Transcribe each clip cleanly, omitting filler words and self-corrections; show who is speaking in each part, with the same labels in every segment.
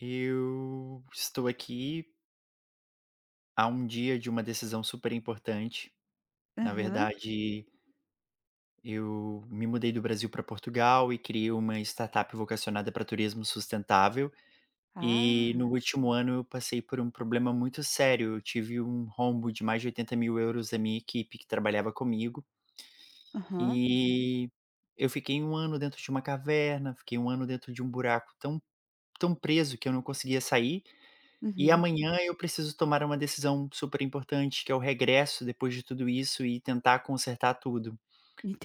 Speaker 1: Eu estou aqui há um dia de uma decisão super importante. Na
Speaker 2: Aham.
Speaker 1: verdade, eu me mudei do Brasil para Portugal e criei uma startup vocacionada para turismo sustentável. E
Speaker 2: Ah,
Speaker 1: no último ano eu passei por um problema muito sério. Eu tive um rombo de mais de €80.000 da minha equipe que trabalhava comigo,
Speaker 2: aham.
Speaker 1: e eu fiquei um ano dentro de uma caverna, fiquei um ano dentro de um buraco tão preso que eu não conseguia sair. E
Speaker 2: Uhum.
Speaker 1: amanhã eu preciso tomar uma decisão super importante, que é o regresso depois de tudo isso e tentar consertar tudo.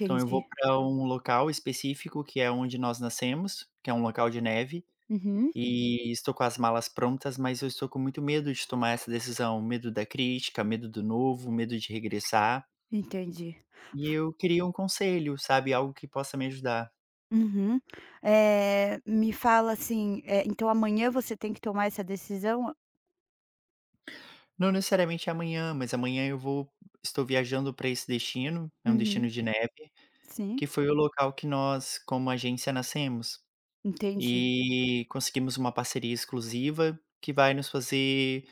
Speaker 1: Então eu vou para um local específico, que é onde nós nascemos, que é um local de neve,
Speaker 2: Uhum.
Speaker 1: e estou com as malas prontas, mas eu estou com muito medo de tomar essa decisão, medo da crítica, medo do novo, medo de regressar.
Speaker 2: Entendi.
Speaker 1: E eu queria um conselho, sabe, algo que possa me ajudar.
Speaker 2: Uhum. Me fala assim, então amanhã você tem que tomar essa decisão?
Speaker 1: Não necessariamente amanhã, mas amanhã eu vou estou viajando para esse destino, é um destino
Speaker 2: Uhum.
Speaker 1: de neve.
Speaker 2: Sim.
Speaker 1: Que foi o local que nós, como agência, nascemos.
Speaker 2: Entendi,
Speaker 1: E conseguimos uma parceria exclusiva que vai nos fazer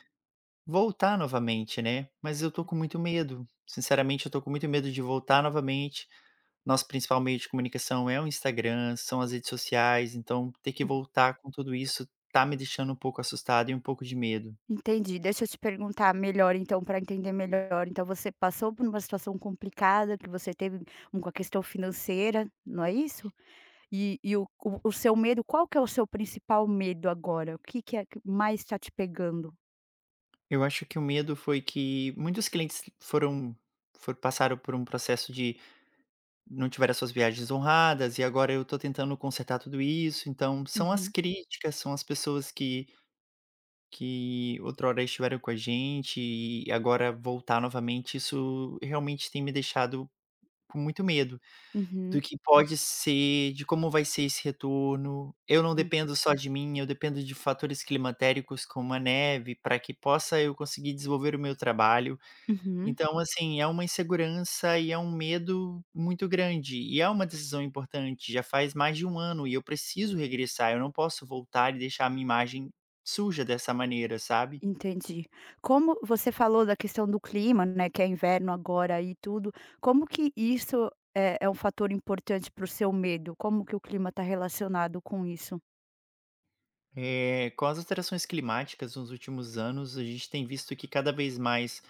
Speaker 1: voltar novamente, né. Mas eu tô com muito medo, sinceramente eu tô com muito medo de voltar novamente. Nosso principal meio de comunicação é o Instagram, são as redes sociais, então ter que voltar com tudo isso tá me deixando um pouco assustado e um pouco de medo.
Speaker 2: entendi. Deixa eu te perguntar melhor então, para entender melhor. Então você passou por uma situação complicada que você teve um com a questão financeira, não é isso? E o seu medo, qual que é o seu principal medo agora? O que é que mais está te pegando?
Speaker 1: Eu acho que o medo foi que muitos clientes foram for passaram por um processo de. Não tiveram as suas viagens honradas, e agora eu tô tentando consertar tudo isso, então são as
Speaker 2: Uhum.
Speaker 1: críticas, são as pessoas que outrora estiveram com a gente e agora voltar novamente, isso realmente tem me deixado com muito medo do
Speaker 2: Uhum.
Speaker 1: que pode ser, de como vai ser esse retorno. Eu não
Speaker 2: Sim.
Speaker 1: dependo só de mim, eu dependo de fatores climatéricos como a neve, para que possa eu conseguir desenvolver o meu trabalho.
Speaker 2: Uhum,
Speaker 1: Então, assim, é uma insegurança e é um medo muito grande, e é uma decisão importante. Já faz mais de um ano e eu preciso regressar, eu não posso voltar e deixar a minha imagem suja dessa maneira, sabe.
Speaker 2: entendi. Como você falou da questão do clima, né, que é inverno agora e tudo, como que isso é um fator importante para o seu medo? Como que o clima está relacionado com isso?
Speaker 1: Com as alterações climáticas nos últimos anos, a gente tem visto que cada vez mais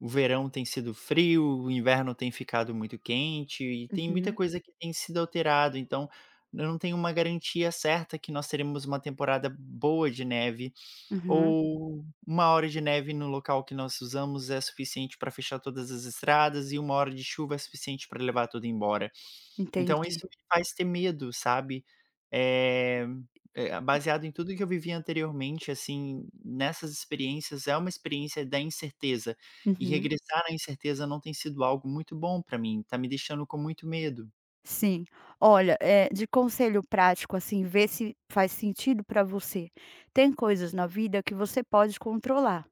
Speaker 1: o verão tem sido frio, o inverno tem ficado muito quente e tem muita
Speaker 2: Uhum,
Speaker 1: coisa que tem sido alterado, então eu não tenho uma garantia certa que nós teremos uma temporada boa de neve.
Speaker 2: uhum,
Speaker 1: Ou uma hora de neve no local que nós usamos é suficiente para fechar todas as estradas e uma hora de chuva é suficiente para levar tudo embora. Então isso
Speaker 2: entendi.
Speaker 1: me faz ter medo, sabe. Eh, eh,
Speaker 2: E
Speaker 1: baseado em tudo que eu vivi anteriormente, assim, nessas experiências, é uma experiência da incerteza, e
Speaker 2: uhum.
Speaker 1: regressar à incerteza não tem sido algo muito bom para mim, tá me deixando com muito medo.
Speaker 2: Sim. Olha, de conselho prático, assim, vê se faz sentido para você. Tem coisas na vida que você pode controlar,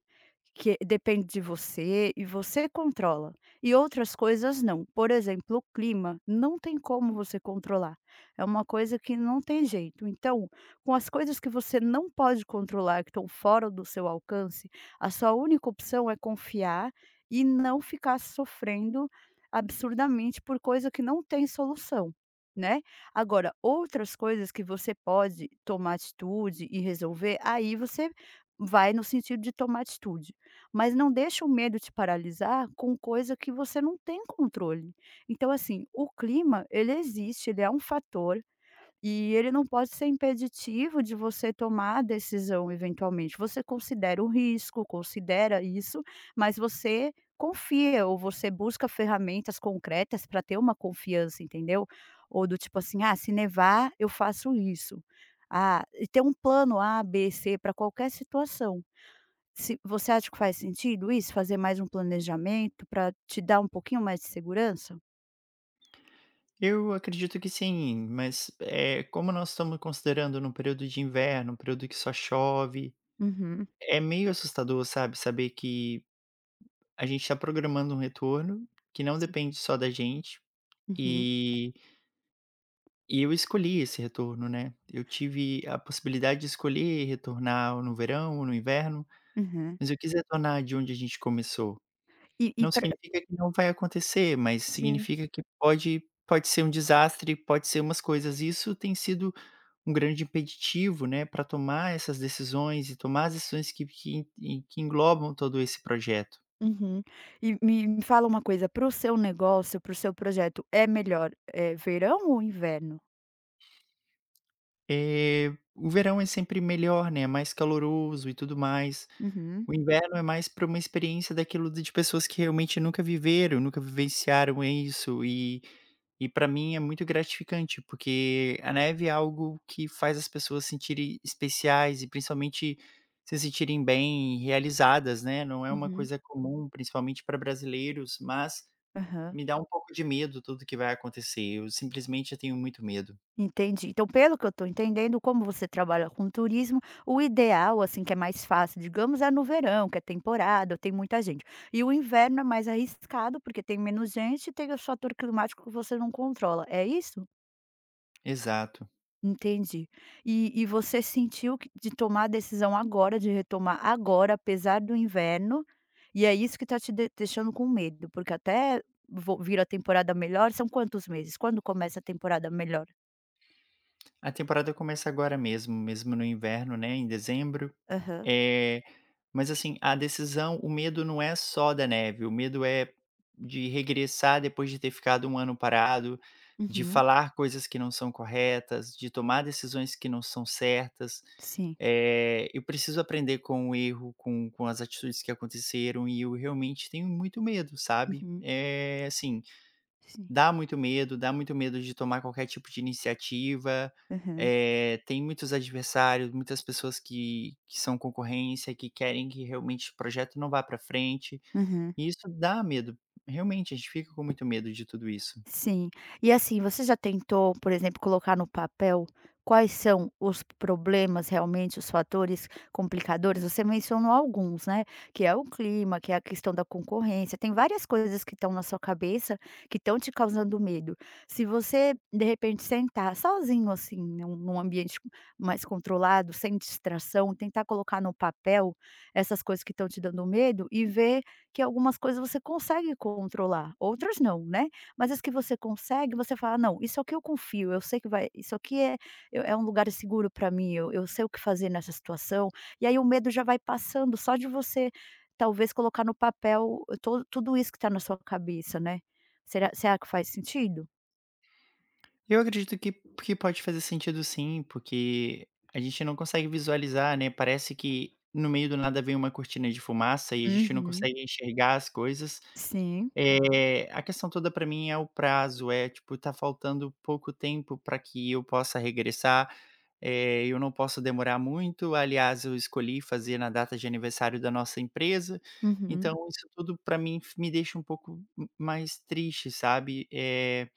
Speaker 2: que depende de você e você controla, e outras coisas não. Por exemplo, o clima não tem como você controlar, é uma coisa que não tem jeito. Então, com as coisas que você não pode controlar, que estão fora do seu alcance, a sua única opção é confiar e não ficar sofrendo absurdamente por coisa que não tem solução, né. Agora, outras coisas que você pode tomar atitude e resolver, aí você vai no sentido de tomar atitude, mas não deixa o medo te paralisar com coisa que você não tem controle. Então, assim, o clima ele existe, ele é um fator e ele não pode ser impeditivo de você tomar a decisão eventualmente. Você considera o risco, considera isso, mas você confia ou você busca ferramentas concretas para ter uma confiança, entendeu? Ou do tipo assim: "Ah, se nevar, eu faço isso". Ah, e ter um plano A, B, C para qualquer situação. Se você acha que faz sentido isso? Fazer mais um planejamento para te dar um pouquinho mais de segurança?
Speaker 1: Eu acredito que sim, mas, como nós estamos considerando num período de inverno, um período que só chove.
Speaker 2: Uhum.
Speaker 1: É meio assustador, sabe, saber que a gente está programando um retorno, que não
Speaker 2: Sim.
Speaker 1: depende só da gente,
Speaker 2: Uhum.
Speaker 1: e e eu escolhi esse retorno, né. Eu tive a possibilidade de escolher retornar no verão ou no inverno,
Speaker 2: Uhum.
Speaker 1: mas eu quis retornar de onde a gente começou.
Speaker 2: E e
Speaker 1: Não
Speaker 2: pra
Speaker 1: significa que não vai acontecer, mas
Speaker 2: sim.
Speaker 1: significa que pode ser um desastre, pode ser umas coisas. Isso tem sido um grande impeditivo, né, para tomar essas decisões e tomar as decisões que englobam todo esse projeto.
Speaker 2: Uhum. E me fala uma coisa, para o seu negócio, para o seu projeto, é melhor, é verão ou inverno?
Speaker 1: O verão é sempre melhor, né, é mais caloroso e tudo mais.
Speaker 2: Uhum.
Speaker 1: O inverno é mais para uma experiência daquilo de pessoas que realmente nunca viveram, nunca vivenciaram isso e para mim é muito gratificante, porque a neve é algo que faz as pessoas se sentirem especiais e principalmente se sentirem bem, realizadas, né, não é uma
Speaker 2: Uhum.
Speaker 1: coisa comum, principalmente para brasileiros, mas
Speaker 2: Aham.
Speaker 1: me dá um pouco de medo tudo que vai acontecer, eu simplesmente tenho muito medo.
Speaker 2: Entendi. Então, pelo que eu estou entendendo, como você trabalha com turismo, o ideal, assim, que é mais fácil, digamos, é no verão, que é temporada, tem muita gente. E o inverno é mais arriscado, porque tem menos gente e tem o fator climático que você não controla, é isso?
Speaker 1: Exato.
Speaker 2: Entendi. E você sentiu que de tomar a decisão agora, de retomar agora, apesar do inverno, e é isso que está te de deixando com medo, porque até vo vir a temporada melhor são quantos meses? Quando começa a temporada melhor?
Speaker 1: A temporada começa agora mesmo, mesmo no inverno, né, em dezembro.
Speaker 2: Aham.
Speaker 1: Eh, mas assim, a decisão o medo não é só da neve, o medo é de regressar depois de ter ficado um ano parado, de
Speaker 2: Uhum.
Speaker 1: falar coisas que não são corretas, de tomar decisões que não são certas.
Speaker 2: Sim.
Speaker 1: Eu preciso aprender com o erro, com as atitudes que aconteceram e eu realmente tenho muito medo, sabe.
Speaker 2: Uhum.
Speaker 1: É assim.
Speaker 2: Sim.
Speaker 1: Dá muito medo de tomar qualquer tipo de iniciativa,
Speaker 2: Aham.
Speaker 1: tem muitos adversários, muitas pessoas que são concorrência, que querem que realmente o projeto não vá para frente,
Speaker 2: Aham.
Speaker 1: e isso dá medo. Realmente, a gente fica com muito medo de tudo isso.
Speaker 2: Sim. E assim, você já tentou, por exemplo, colocar no papel quais são os problemas realmente, os fatores complicadores? Você mencionou alguns, né? Que é o clima, que é a questão da concorrência. Tem várias coisas que estão na sua cabeça que estão te causando medo. Se você, de repente, sentar sozinho, assim, num ambiente mais controlado, sem distração, tentar colocar no papel essas coisas que estão te dando medo e ver que algumas coisas você consegue controlar, outras não, né? Mas as que você consegue, você fala: "Não, isso aqui eu confio, eu sei que vai isso aqui é eu é um lugar seguro para mim, eu sei o que fazer nessa situação". E aí o medo já vai passando só de você, talvez, colocar no papel to tudo isso que está na sua cabeça, né. Será que faz sentido?
Speaker 1: Eu acredito que pode fazer sentido sim, porque a gente não consegue visualizar, né, parece que no meio do nada vem uma cortina de fumaça e a gente não
Speaker 2: Uhum.
Speaker 1: consegue enxergar as coisas.
Speaker 2: Sim.
Speaker 1: É a questão toda pra mim é o prazo, é, tipo, tá faltando pouco tempo pra que eu possa regressar, eu não posso demorar muito, aliás, eu escolhi fazer na data de aniversário da nossa empresa,
Speaker 2: Uhum.
Speaker 1: então isso tudo pra mim f me deixa um pouco m mais triste, sabe.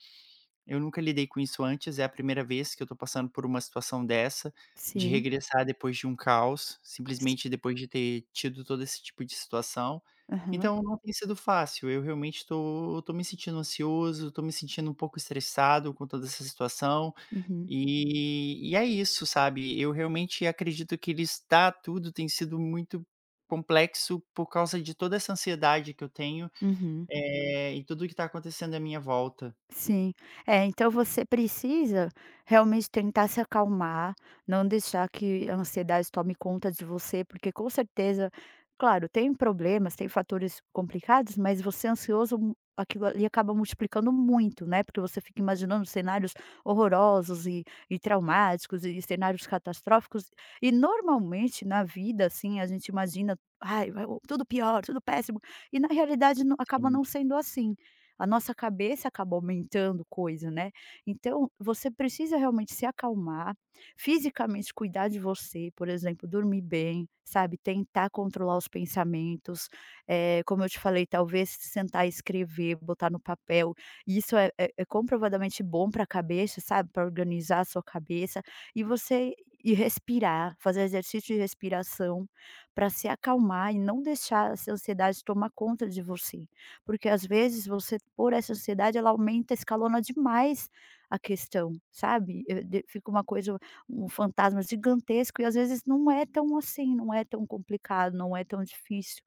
Speaker 1: Eu nunca lidei com isso antes, é a primeira vez que eu tô passando por uma situação dessa, de
Speaker 2: Sim.
Speaker 1: regressar depois de um caos,
Speaker 2: Si
Speaker 1: simplesmente depois de ter tido todo esse tipo de situação.
Speaker 2: aham.
Speaker 1: Então não tem sido fácil, eu realmente tô me sentindo ansioso, tô me sentindo um pouco estressado com toda essa situação,
Speaker 2: Uhum.
Speaker 1: e é isso, sabe. Eu realmente acredito que listar tudo tem sido muito complexo por causa de toda essa ansiedade que eu tenho,
Speaker 2: Uhum.
Speaker 1: e tudo o que está acontecendo à minha volta.
Speaker 2: Sim. É, então você precisa realmente tentar se acalmar, não deixar que a ansiedade tome conta de você, porque com certeza, claro, tem problemas, tem fatores complicados, mas você é ansioso, mu- aquilo ali acaba multiplicando muito, né? Porque você fica imaginando cenários horrorosos e traumáticos e cenários catastróficos. E normalmente na vida, assim, a gente imagina, ai, vai- tudo pior, tudo péssimo. E na realidade não- acaba
Speaker 1: Sim,
Speaker 2: não sendo assim, a nossa cabeça acaba aumentando coisa, né. Então, você precisa realmente se acalmar, fisicamente cuidar de você, por exemplo, dormir bem, sabe, tentar controlar os pensamentos, como eu te falei, talvez sentar e escrever, botar no papel, isso é comprovadamente bom para a cabeça, sabe, para organizar a sua cabeça, e você e respirar, fazer exercício de respiração para se acalmar e não deixar essa ansiedade tomar conta de você. Porque às vezes você por essa ansiedade ela aumenta, escalona demais a questão, sabe. Eu de fica uma coisa um fantasma gigantesco e às vezes não é tão assim, não é tão complicado, não é tão difícil.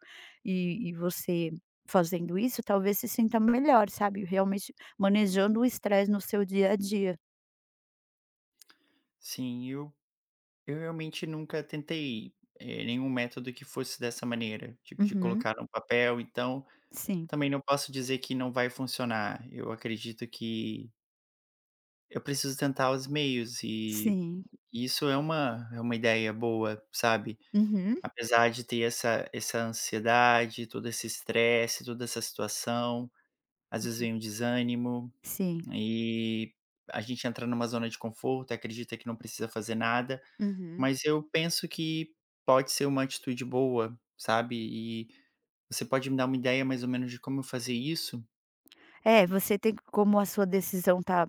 Speaker 2: E você fazendo isso talvez se sinta melhor, sabe, realmente manejando o estresse no seu dia a dia.
Speaker 1: sim, eu realmente nunca tentei, nenhum método que fosse dessa maneira, tipo de
Speaker 2: Uhum.
Speaker 1: colocar num papel, então
Speaker 2: Sim.
Speaker 1: também não posso dizer que não vai funcionar. Eu acredito que eu preciso tentar os meios e
Speaker 2: Sim.
Speaker 1: isso é uma ideia boa, sabe.
Speaker 2: Uhum.
Speaker 1: Apesar de ter essa ansiedade, todo esse estresse, toda essa situação, às vezes
Speaker 2: Uhum.
Speaker 1: vem um desânimo,
Speaker 2: Sim.
Speaker 1: e a gente entra numa zona de conforto, acredita que não precisa fazer nada,
Speaker 2: Uhum.
Speaker 1: mas eu penso que pode ser uma atitude boa, sabe. E você pode me dar uma ideia mais ou menos de como eu fazer isso?
Speaker 2: É, você tem que- como a sua decisão tá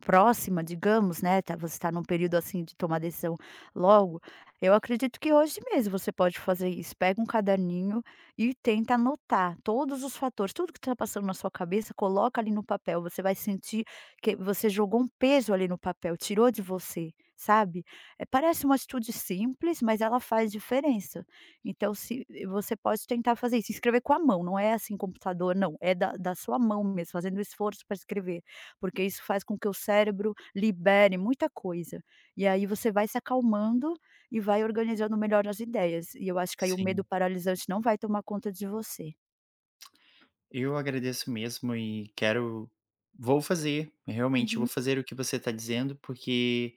Speaker 2: próxima, digamos, né, tá, você está num período, assim, de tomar decisão logo, eu acredito que hoje mesmo você pode fazer isso. Pega um caderninho e tenta anotar todos os fatores, tudo que está passando na sua cabeça, coloca ali no papel. Você vai sentir que você jogou um peso ali no papel, tirou de você, sabe. Eh, parece uma atitude simples, mas ela faz diferença. Então se você pode tentar fazer isso, escrever com a mão, não é assim computador não, é da sua mão mesmo, fazendo o esforço para escrever, porque isso faz com que o cérebro libere muita coisa, e aí você vai se acalmando e vai organizando melhor as ideias, e eu acho que aí o medo
Speaker 1: Sim,
Speaker 2: paralisante não vai tomar conta de você.
Speaker 1: eu agradeço mesmo e quero vou fazer, realmente vou
Speaker 2: Uhum.
Speaker 1: fazer o que você está dizendo, porque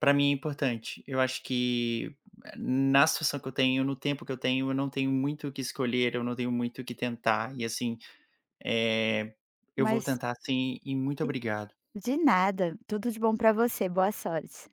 Speaker 1: para mim é importante. Eu acho que na situação que eu tenho, no tempo que eu tenho, eu não tenho muito o que escolher, eu não tenho muito o que tentar e, assim, eh, eu vou
Speaker 2: Mas
Speaker 1: tentar sim e muito obrigado.
Speaker 2: de nada, tudo de bom para você, boa sorte.